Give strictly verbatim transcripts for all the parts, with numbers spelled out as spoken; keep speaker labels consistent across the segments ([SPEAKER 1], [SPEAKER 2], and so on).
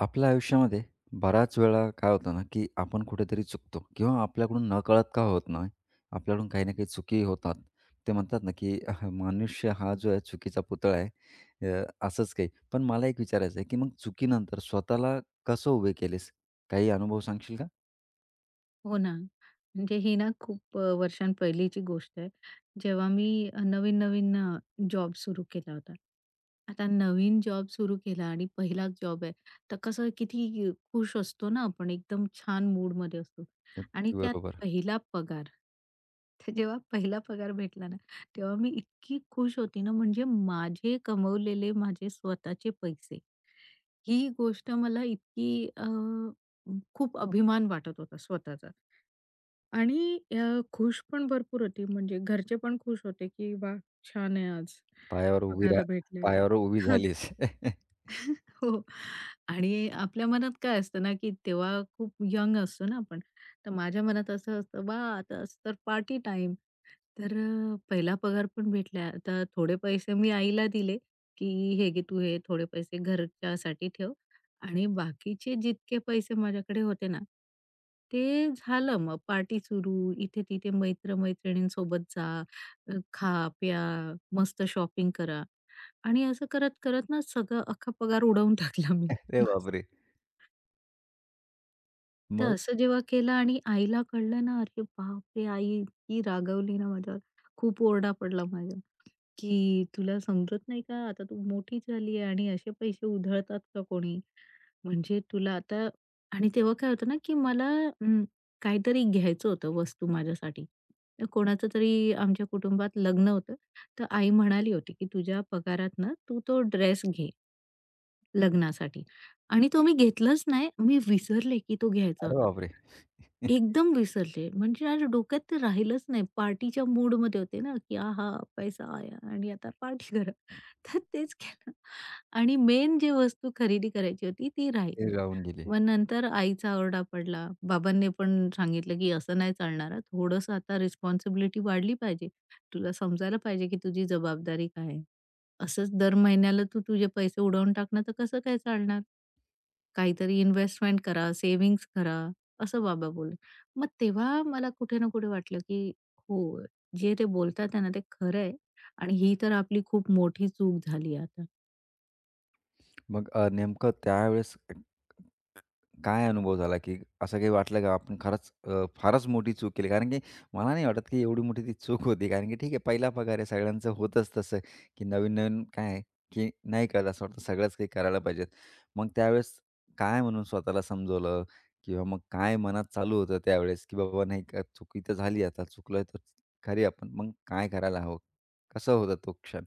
[SPEAKER 1] आपल्या आयुष्यामध्ये बऱ्याच वेळा काय होतं ना, की आपण कुठेतरी चुकतो किंवा आपल्याकडून नकळत का होत नाही, आपल्याकडून काही ना काही चुकी होतात. ते म्हणतात ना, की अह, मनुष्य हा जो आहे चुकीचा पुतळा आहे अ, असंच काही. पण मला एक विचारायचं आहे, की मग चुकीनंतर स्वतःला कसं उभे केलेस? काही अनुभव सांगशील का?
[SPEAKER 2] हो ना. म्हणजे ही ना खूप अ, वर्षांपहिलीची गोष्ट आहे. जेव्हा मी अ, नवीन-नवीन अ, जॉब सुरू केला होता. आता नवीन जॉब सुरू केला आणि पहिलाच जॉब आहे, तर कसं किती खुश असतो ना आपण, एकदम छान मूडमध्ये असतो आणि
[SPEAKER 1] अगदी
[SPEAKER 2] त्यात
[SPEAKER 1] बरोबर.
[SPEAKER 2] पहिला पगार. तर जेव्हा पहिला पगार भेटला ना, तेव्हा मी इतकी खुश होती ना, म्हणजे माझे कमवलेले माझे स्वतःचे पैसे. ही गोष्ट मला इतकी अ, खूप अभिमान वाटत होता स्वतःचा. आणि अ, खुश पण भरपूर होती. म्हणजे घरचे पण खुश होते, की वा छान आहे आज.
[SPEAKER 1] पायावर उभी रा
[SPEAKER 2] पगार भेटलाय."
[SPEAKER 1] पायावर उभी झालीस.
[SPEAKER 2] हो. आणि आपल्या मनात काय असतं ना, की तेव्हा खूप यंग असतो ना आपण. तर माझ्या मनात असं असतं, "वाह! आता असं तर पार्टी टाइम. तर अ, पहिला पगार पण भेटला. तर थोडे पैसे मी आईला दिले, की "हे घे तू हे थोडे पैसे घरच्यासाठी ठेव." आणि बाकीचे जितके पैसे माझ्याकडे होते ना, ते झालं मग पार्टी सुरू. इथे-तिथे मैत्र-मैत्रिणींसोबत जा, अ, खा, प्या, मस्त शॉपिंग करा. आणि असं करत-करत ना सगळं अख्खा पगार उडवून टाकला मी.
[SPEAKER 1] अरे
[SPEAKER 2] मस्त.
[SPEAKER 1] बापरे!
[SPEAKER 2] तर
[SPEAKER 1] मग?
[SPEAKER 2] असं जेव्हा केलं आणि आईला कळलं ना, अरे बापरे! आई इतकी रागवली ना माझ्यावर. खूप ओरडा पडला माझ्यावर, की "तुला समजत नाही का? आता तू मोठी झाली आहे आणि असे पैसे उधळतात का कोणी? म्हणजे तुला आता." आणि तेव्हा काय होतं ना, की मला अं, काहीतरी घ्यायचं होतं वस्तू माझ्यासाठी. तर कोणाचं तरी आमच्या कुटुंबात लग्न होतं. तर आई म्हणाली होती, की "तुझ्या पगारातनं तू तो ड्रेस घे." लग्नासाठी. आणि तो मी घेतलाच नाही. मी विसरले, की तो घ्यायचा
[SPEAKER 1] अरे
[SPEAKER 2] होता.
[SPEAKER 1] बापरे!
[SPEAKER 2] एकदम विसरले. म्हणजे माझ्या डोक्यात ते राहिलंच नाही. पार्टीच्या मूडमध्ये होते ना, की आहा! पैसा आया आणि आता पार्टी करा. तर तेच केलं आणि मेन जे वस्तू खरेदी करायची होती ती
[SPEAKER 1] ते
[SPEAKER 2] राहिली.
[SPEAKER 1] राहून गेली.
[SPEAKER 2] मग नंतर आईचा आरडा पडला. बाबांनी पण सांगितलं, की "असं नाही चालणार हां. थोडंसं आता रिस्पॉन्सिबिलिटी वाढली पाहिजे. तुला समजायला पाहिजे, की तुझी जबाबदारी काय आहे?" असंच दर महिन्याला तू तुझे पैसे उडवून टाकणं तर कसं काय चालणार? काहीतरी इन्व्हेस्टमेंट करा, सेव्हिंग्ज करा, असं बाबा बोलले. मग तेव्हा मला कुठे ना कुठे वाटलं, की हो, जे ते बोलतात आहे ना, ते खरं आहे आणि ही तर आपली खूप मोठी चूक झाली आता.
[SPEAKER 1] मग अ, नेमकं त्यावेळेस काय अनुभव झाला, की असं काही वाटलं का आपण खरंच अ, फारच मोठी चूक केली? कारण की मला नाही वाटत, की एवढी मोठी ती चूक होती. कारण की ठीक आहे, पहिला पगार आहे. सगळ्यांचं होतंच तसं, की नवीन-नवीन काय आहे, की नाही कळत असं वाटतं सगळंच काही करायला पाहिजेत. मग त्यावेळेस काय म्हणून स्वतःला समजवलं किंवा मग काय मनात चालू होतं त्यावेळेस, की बाबा नाही का चुकी तर झाली आता चुकलोय तर खरी आपण. मग काय करायला हवं? कसं होतं तो क्षण?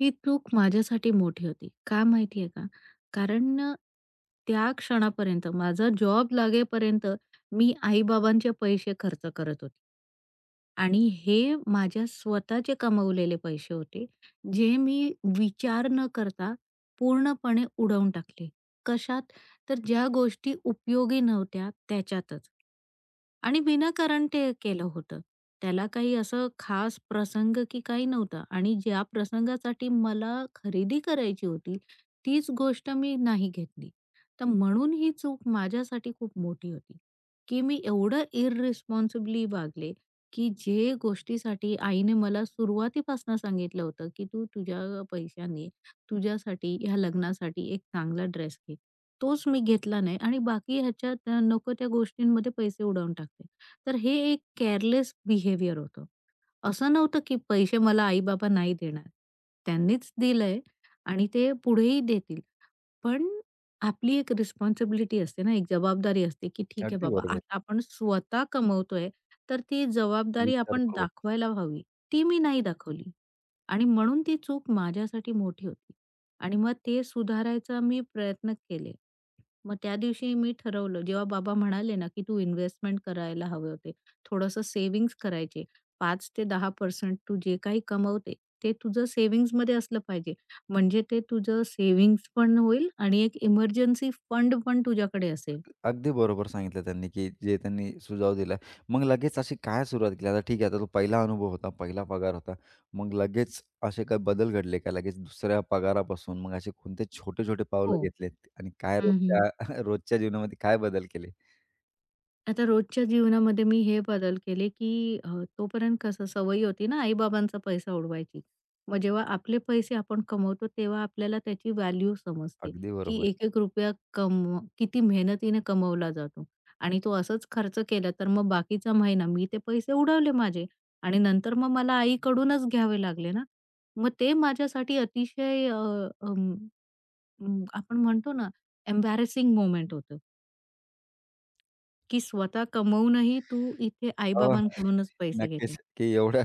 [SPEAKER 2] ही चूक माझ्यासाठी मोठी होती. का माहिती का? कारण त्या क्षणापर्यंत माझा जॉब लागेपर्यंत मी आई पैसे खर्च करत होते. आणि हे माझ्या स्वतःचे कमवलेले पैसे होते, जे मी विचार न करता पूर्णपणे उडवून टाकले. कशात? तर ज्या गोष्टी उपयोगी नव्हत्या त्याच्यातच. आणि विनाकारण ते केलं होतं. त्याला काही असं खास प्रसंग की काही नव्हता आणि ज्या प्रसंगासाठी मला खरेदी करायची होती, तीच गोष्ट मी नाही घेतली. तर म्हणून ही चूक माझ्यासाठी खूप मोठी होती, की मी एवढं इररिस्पॉन्सिबली वागले, की जे गोष्टीसाठी आईने मला सुरुवातीपासून सांगितलं होतं, की "तू तुझ्या पैशाने तुझ्यासाठी ह्या लग्नासाठी एक चांगला ड्रेस घे." तोच मी घेतला नाही आणि बाकी ह्याच्यात अ, नको त्या गोष्टींमध्ये पैसे उडवून टाकते, तर हे एक केअरलेस बिहेवियर होतं. असं नव्हतं की पैसे मला आई-बाबा नाही देणार. त्यांनीच दिलंय आणि ते पुढेही देतील. पण आपली एक रिस्पॉन्सिबिलिटी असते ना, एक जबाबदारी असते, की ठीक आहे
[SPEAKER 1] अगदी
[SPEAKER 2] बाबा,
[SPEAKER 1] बरोबर.
[SPEAKER 2] आता आपण स्वतः कमवतोय, तर ती जबाबदारी आपण
[SPEAKER 1] विचारपूर्वक.
[SPEAKER 2] दाखवायला हवी. ती मी नाही दाखवली आणि म्हणून ती चूक माझ्यासाठी मोठी होती आणि मग ते सुधारायचा मी प्रयत्न केले. मग त्या दिवशी मी ठरवलं, जेव्हा बाबा म्हणाले ना, की "तू इन्व्हेस्टमेंट करायला हवे होते. थोडंसं सेव्हिंग्ज करायचे. पाच टक्के ते दहा टक्के तू जे काही कमवते, ते तुझं सेव्हिंग्जमध्ये असलं पाहिजे. म्हणजे ते तुझं सेव्हिंग्ज पण होईल आणि एक इमर्जन्सी फंड पण तुझ्याकडे असेल."
[SPEAKER 1] अगदी बरोबर सांगितलं त्यांनी, की जे त्यांनी सुझाव दिला. मग लगेच अशी काय सुरुवात केली? आता ठीक आहे, आता तो पहिला अनुभव होता, पहिला पगार होता. मग लगेच असे काही बदल घडले का? लगेच दुसऱ्या पगारापासून मग असे कोणते छोटे-छोटे
[SPEAKER 2] हो.
[SPEAKER 1] पावलं घेतलेत आणि काय
[SPEAKER 2] हं,
[SPEAKER 1] रोजच्या रोजच्या जीवनामध्ये काय बदल केले?
[SPEAKER 2] आता रोजच्या जीवनामध्ये मी हे बदल केले, की अ, तोपर्यंत कसं सवयी होती ना आई-बाबांचा पैसा उडवायची. मग जेव्हा आपले पैसे आपण कमवतो, तेव्हा आपल्याला त्याची व्हॅल्यू समजते,
[SPEAKER 1] अगदी
[SPEAKER 2] की
[SPEAKER 1] बरोबर.
[SPEAKER 2] एक-एक रुपया कमव किती मेहनतीने कमवला जातो आणि तो असंच खर्च केला, तर मग बाकीचा महिना मी ते पैसे उडवले माझे आणि नंतर मग मला आईकडूनच घ्यावे लागले ना. मग ते माझ्यासाठी अतिशय अ, अं, आपण म्हणतो ना एम्बॅरसिंग मोमेंट होतं. की स्वतः कमवूनही तू इथे
[SPEAKER 1] हो,
[SPEAKER 2] आई-बाबांकडूनच पैसे
[SPEAKER 1] नक्कीच,
[SPEAKER 2] घेते.
[SPEAKER 1] की एवढ्या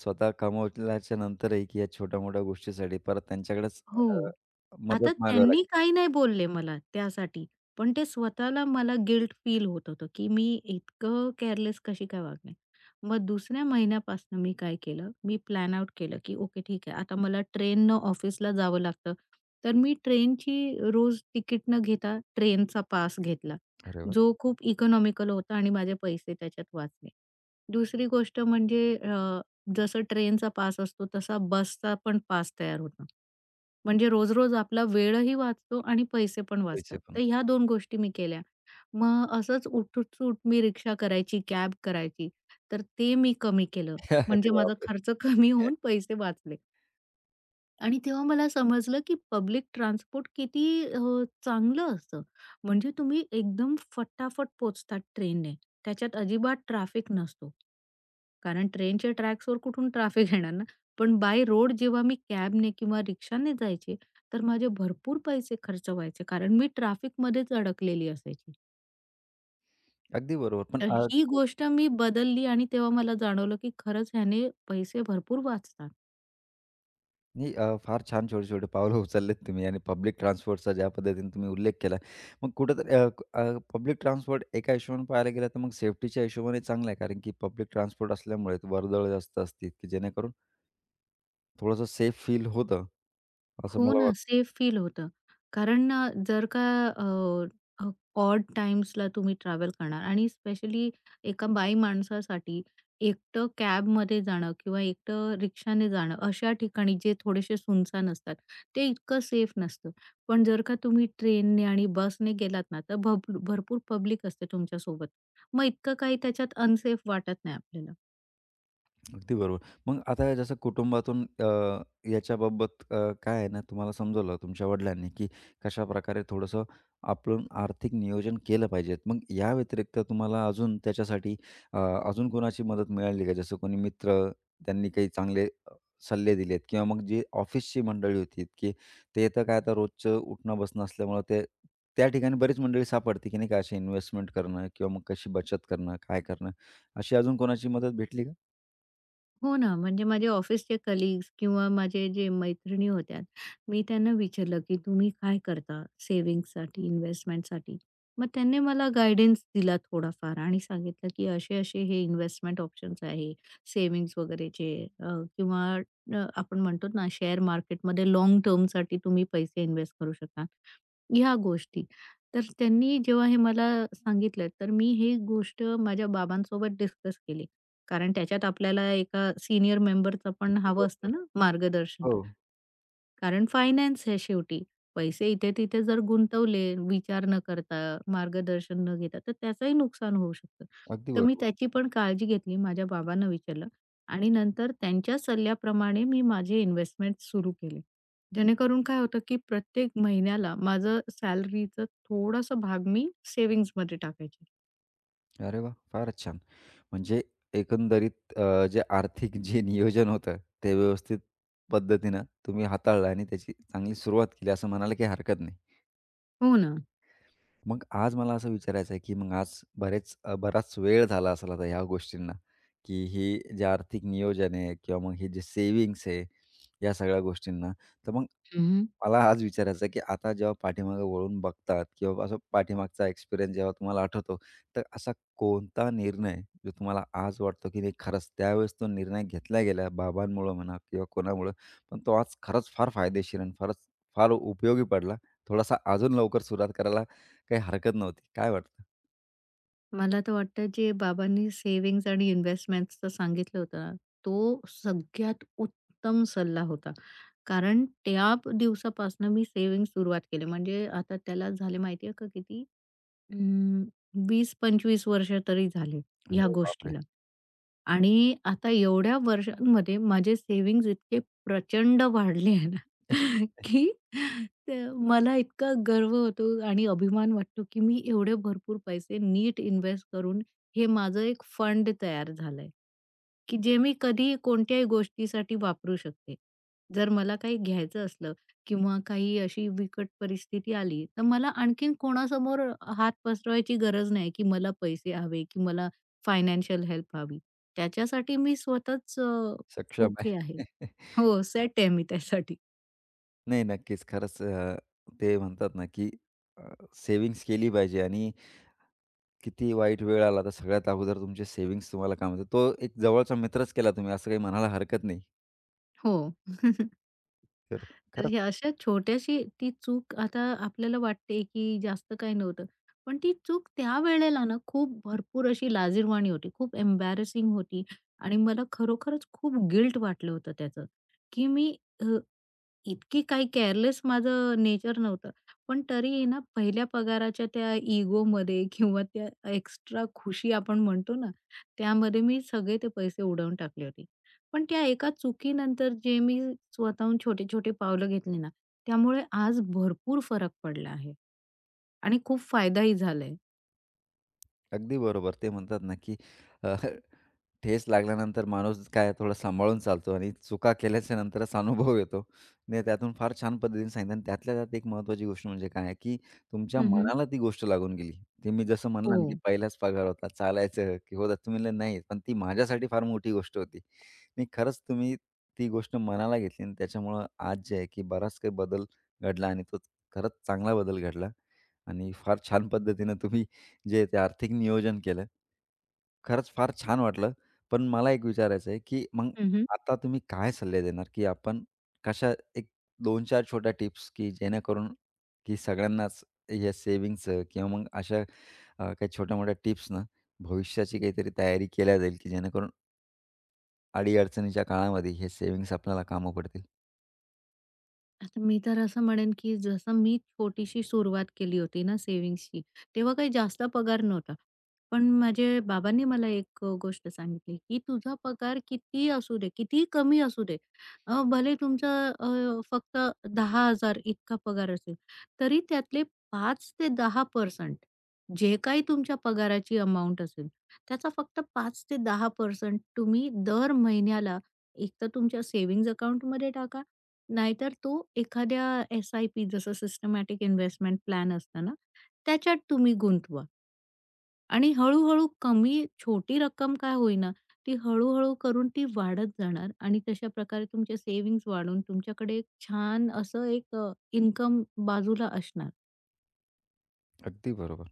[SPEAKER 1] स्वतः कमवल्याच्या नंतरही, की या छोट्या-मोठ्या गोष्टीसाठी परत त्यांच्याकडेच अ,
[SPEAKER 2] हो. आता
[SPEAKER 1] मदत मागावी
[SPEAKER 2] त्यांनी
[SPEAKER 1] लागली.
[SPEAKER 2] काही नाही बोलले मला त्यासाठी. पण ते स्वतःला मला गिल्ट फील होत होतं, की मी इतकं केअरलेस कशी काय वागले. मग दुसऱ्या महिन्यापासून मी काय केलं, मी प्लॅन आउट केलं, की ओके ठीक आहे आता मला ट्रेननं ऑफिसला जावं लागतं. तर मी ट्रेनची रोज तिकीट न घेता ट्रेनचा पास घेतला,
[SPEAKER 1] अरे वाह!
[SPEAKER 2] जो खूप इकॉनॉमिकल होता आणि माझे पैसे त्याच्यात वाचले. दुसरी गोष्ट म्हणजे अ, जसं ट्रेनचा पास असतो तसा बसचा पण पास तयार होता. म्हणजे रोज-रोज आपला वेळही वाचतो आणि पैसे पण
[SPEAKER 1] पैसे
[SPEAKER 2] वाचतात.
[SPEAKER 1] पण.
[SPEAKER 2] तर ह्या दोन गोष्टी मी केल्या. मग असंच उठूट-सूट मी रिक्षा करायची, कॅब करायची. तर ते मी कमी केलं.
[SPEAKER 1] अरे
[SPEAKER 2] म्हणजे माझा
[SPEAKER 1] बापरे!
[SPEAKER 2] खर्च कमी होऊन पैसे वाचले. आणि तेव्हा मला समजलं, की पब्लिक ट्रान्सपोर्ट किती अ, चांगलं असतं. म्हणजे तुम्ही एकदम फटाफट पोहोचतात ट्रेनने. त्याच्यात अजिबात ट्रॅफिक नसतो. कारण ट्रेनच्या ट्रॅक्सवर कुठून ट्रॅफिक येणार ना? पण बाय रोड जेव्हा मी कॅबने किंवा रिक्षाने जायचे, तर माझे भरपूर पैसे खर्च व्हायचे. कारण मी ट्रॅफिकमध्येच अडकलेली असायची.
[SPEAKER 1] अगदी बरोबर. पण
[SPEAKER 2] तर
[SPEAKER 1] अ
[SPEAKER 2] ही गोष्ट मी बदलली आणि तेव्हा मला जाणवलं, की खरंच ह्याने पैसे भरपूर वाचतात.
[SPEAKER 1] नाही अ, फार छान छोटे-छोटे पावलं उचललेत तुम्ही आणि पब्लिक ट्रान्सपोर्टचा ज्या पद्धतीने तुम्ही उल्लेख केला. मग कुठेतरी अ, अ, पब्लिक ट्रान्सपोर्ट एका हिशोबाने पाहायला गेला तर मग सेफ्टीच्या हिशोबाने चांगला आहे. कारण की पब्लिक ट्रान्सपोर्ट असल्यामुळे वर्दळ जास्त असते, की जेणेकरून थोडंसं सेफ फील होतं, असं
[SPEAKER 2] हो
[SPEAKER 1] मला
[SPEAKER 2] ना, सेफ फील होतं. कारण अ, जर का अ, ऑड टाईम्सला तुम्ही ट्रॅव्हल करणार आणि स्पेशली एका बाई माणसासाठी एकटं कॅबमध्ये जाणं किंवा एकटं रिक्षाने जाणं अशा ठिकाणी जे थोडेसे सुनसान असतात, ते इतकं सेफ नसतं. पण जर का तुम्ही ट्रेनने आणि बसने गेलात ना, तर भप भरपूर पब्लिक असते तुमच्यासोबत. मग इतकं काही त्याच्यात अनसेफ वाटत नाही आपल्याला.
[SPEAKER 1] अगदी बरोबर. मग आता जसं कुटुंबातून अ, याच्याबाबत अ, काय आहे ना तुम्हाला समजवलं तुमच्या वडिलांनी, की कशाप्रकारे थोडंसं आपण आर्थिक नियोजन केलं पाहिजे. मग या व्यतिरिक्त तुम्हाला अजून त्याच्यासाठी अ, अजून कोणाची मदत मिळाली का? जसं कोणी मित्र, त्यांनी काही चांगले अ, सल्ले दिलेत किंवा मग जी ऑफिसची मंडळी होती, की ते तर काय आता रोजचं उठणं-बसणं असल्यामुळं ते त्या ठिकाणी बरीच मंडळी सापडते, की नाही का अशी इन्व्हेस्टमेंट करणं किंवा मग कशी बचत करणं, काय करणं, अशी अजून कोणाची मदत भेटली का?
[SPEAKER 2] हो ना, म्हणजे माझे ऑफिसचे कलीग्स किंवा माझे जे मैत्रिणी होत्या, मी त्यांना विचारलं, की "तुम्ही काय करता सेव्हिंग्जसाठी, इन्व्हेस्टमेंटसाठी?" मग त्यांनी मला गाईडन्स दिला थोडाफार आणि सांगितलं, की असे-असे हे इन्व्हेस्टमेंट ऑप्शन्स आहे, सेव्हिंग्ज वगैरेचे अ, किंवा अ, आपण म्हणतो ना शेअर मार्केटमध्ये लाँग टर्मसाठी तुम्ही पैसे इन्व्हेस्ट करू शकता. ह्या गोष्टी. तर त्यांनी जेव्हा हे मला सांगितलं, तर मी ही गोष्ट माझ्या बाबांसोबत डिस्कस केली. कारण त्याच्यात आपल्याला एका सीनियर मेंबरचं पण
[SPEAKER 1] अगदी
[SPEAKER 2] हवं
[SPEAKER 1] बरोबर.
[SPEAKER 2] असतं ना मार्गदर्शन.
[SPEAKER 1] हो,
[SPEAKER 2] कारण फायनान्स आहे शेवटी. पैसे इथे-तिथे जर गुंतवले विचार न करता, मार्गदर्शन न घेता, तर त्याचंही नुकसान होऊ शकतं.
[SPEAKER 1] अगदी
[SPEAKER 2] तर मी
[SPEAKER 1] बरोबर.
[SPEAKER 2] त्याची पण काळजी घेतली. माझ्या बाबांना विचारलं आणि नंतर त्यांच्या सल्ल्याप्रमाणे मी माझे इन्व्हेस्टमेंट सुरू केले. जेणेकरून काय होतं, की प्रत्येक महिन्याला माझं सॅलरीचं थोडासा भाग मी सेव्हिंग्जमध्ये टाकायचे.
[SPEAKER 1] अरे वाह! फारच छान. म्हणजे एकंदरीत अ, जे आर्थिक जे नियोजन होतं, ते व्यवस्थित पद्धतीनं तुम्ही हाताळलं आणि त्याची चांगली सुरुवात केली असं म्हणायला काही हरकत नाही.
[SPEAKER 2] हो ना.
[SPEAKER 1] मग आज मला असं विचारायचं आहे, की मग आज बरेच अ, बराच वेळ झाला असेल आता ह्या गोष्टींना, की ही जे आर्थिक नियोजन आहे किंवा मग हे जे सेव्हिंग्स आहे, या सगळ्या गोष्टींना. तर मग मला आज विचारायचं आहे, की आता जेव्हा पाठीमागे वळून बघतात किंवा असं पाठीमागचा एक्सपिरियन्स जेव्हा तुम्हाला आठवतो, तर असा कोणता निर्णय जो तुम्हाला आज वाटतो, की नाही खरंच त्यावेळेस तो निर्णय घेतला गेला बाबांमुळं म्हणा किंवा कोणामुळं, पण तो आज खरंच फार फायदेशीर आणि फारच फार उपयोगी पडला. थोडासा अजून लवकर सुरुवात करायला काही हरकत नव्हती. काय वाटतं?
[SPEAKER 2] मला तर वाटतं जे बाबांनी सेव्हिंग्ज आणि इन्व्हेस्टमेंटचं सांगितलं होतं ना, तो सगळ्यात उत्तम सल्ला होता. कारण त्या दिवसापासून मी सेव्हिंग सुरुवात केली. म्हणजे आता त्याला झाले माहिती का किती? अं, वीस पंचवीस वर्ष तरी झाले ह्या
[SPEAKER 1] अरे बापरे!
[SPEAKER 2] गोष्टीला. आणि आता एवढ्या वर्षांमध्ये माझे सेव्हिंग्ज इतके प्रचंड वाढले आहे ना, की ते मला इतका गर्व होतो आणि अभिमान वाटतो, की मी एवढे भरपूर पैसे नीट इन्व्हेस्ट करून हे माझं एक फंड तयार झालंय, की जे मी कधीही कोणत्याही गोष्टीसाठी वापरू शकते. जर मला काही घ्यायचं असलं किंवा काही अशी विकट परिस्थिती आली, तर मला आणखीन कोणासमोर हात पसरवायची गरज नाही, की मला पैसे हवे, की मला फायनान्शियल हेल्प हवी. त्याच्यासाठी मी स्वतःच अ,
[SPEAKER 1] सक्षम आहे.
[SPEAKER 2] ओके आहे. हो, सेट आहे मी त्यासाठी.
[SPEAKER 1] नाही, नक्कीच. खरंच अ, ते म्हणतात ना, की अ, सेव्हिंग्ज केली पाहिजे आणि किती वाईट वेळ आला, तर सगळ्यात अगोदर तुमचे सेव्हिंग्ज तुम्हाला काम येतात. तो एक जवळचा मित्रच केला तुम्ही, असं काही म्हणायला हरकत नाही.
[SPEAKER 2] हो.
[SPEAKER 1] तर
[SPEAKER 2] तर
[SPEAKER 1] खरंच
[SPEAKER 2] हे अशा छोट्याशी ती चूक आता आपल्याला वाटते, की जास्त काही नव्हतं. पण ती चूक त्यावेळेला ना खूप भरपूर अशी लाजिरवाणी होती. खूप एम्बॅरसिंग होती आणि मला खरोखरच खूप गिल्ट वाटलं होतं त्याचं, की मी अ, इतकी काही केअरलेस माझं नेचर नव्हतं. पण तरीही ना पहिल्या पगाराच्या त्या इगोमध्ये किंवा त्या एक्स्ट्रा खुशी आपण म्हणतो ना, त्यामध्ये मी सगळे ते पैसे उडवून टाकले होते. पण त्या एका चुकीनंतर जे मी स्वतःहून छोटे-छोटे पावलं घेतली ना, त्यामुळे आज भरपूर फरक पडला आहे आणि खूप फायदाही झालाय.
[SPEAKER 1] अगदी बरोबर. ते म्हणतात ना, की ठेच लागल्यानंतर माणूस काय थोडा सांभाळून चालतो आणि चुका केल्याच्या नंतरच अनुभव येतो. आणि त्यातून फार छान पद्धतीने सांगितलं आणि त्यातल्या त्यात एक महत्त्वाची गोष्ट म्हणजे काय आहे, की तुमच्या
[SPEAKER 2] हं,
[SPEAKER 1] मनाला ती गोष्ट लागून गेली. ते मी जसं म्हणलं
[SPEAKER 2] हो.
[SPEAKER 1] ना, की पहिलाच पगार होता, चालायचं की होतं. तुम्ही म्हणले, "नाही." पण ती माझ्यासाठी फार मोठी गोष्ट होती. आणि खरंच तुम्ही ती गोष्ट मनाला घेतली आणि त्याच्यामुळं आज जे आहे, की बराच काही बदल घडला आणि तो खरंच चांगला बदल घडला. आणि फार छान पद्धतीनं तुम्ही जे ते आर्थिक नियोजन केलं. खरंच फार छान वाटलं. पण मला एक विचारायचं आहे, की मग आता तुम्ही काय सल्ले देणार, की आपण कशा एक दोन ते चार छोट्या टिप्स, की जेणेकरून की सगळ्यांनाच या सेव्हिंगचं किंवा मग अशा अ, काही छोट्या-मोठ्या टिप्सनं भविष्याची काहीतरी तयारी केल्या जाईल, की जेणेकरून अडी काळामध्ये हे सेव्हिंग्ज आपल्याला कामं पडतील?
[SPEAKER 2] आता मी तर असं म्हणेन, की जसं मी छोटीशी सुरुवात केली होती ना सेव्हिंग्सची, तेव्हा काही जास्त पगार नव्हता. पण माझे बाबांनी मला एक अ, गोष्ट सांगितली, की "तुझा पगार किती असू दे, कितीही कमी असू दे, अ, भले तुमचा अ, फक्त दहा हजार इतका पगार असेल, तरी त्यातले पाच ते दहा टक्के जे काही तुमच्या पगाराची अमाउंट असेल, त्याचा फक्त पाच ते दहा टक्के तुम्ही दर महिन्याला एकतर तुमच्या सेव्हिंग्ज अकाउंटमध्ये टाका नाहीतर तो एखाद्या एस-आय-पी जसं सिस्टमॅटिक इन्व्हेस्टमेंट प्लॅन असतं ना, त्याच्यात तुम्ही गुंतवा आणि हळू-हळू कमी छोटी रक्कम का होईना, ती हळू-हळू करून ती वाढत जाणार आणि तशा प्रकारे तुमचे सेव्हिंग्ज वाढून तुमच्याकडे एक छान असं एक इन्कम बाजूला असणार.
[SPEAKER 1] अगदी बरोबर.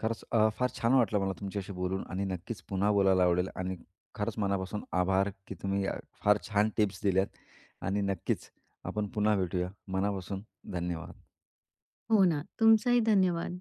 [SPEAKER 1] खरंच अ, फार छान वाटलं मला तुमच्याशी बोलून आणि नक्कीच पुन्हा बोलायला आवडेल आणि खरंच मनापासून आभार की तुम्ही अ, फार छान टिप्स दिल्यात आणि नक्कीच आपण पुन्हा भेटूया. मनापासून धन्यवाद.
[SPEAKER 2] हो ना. तुमचाही धन्यवाद.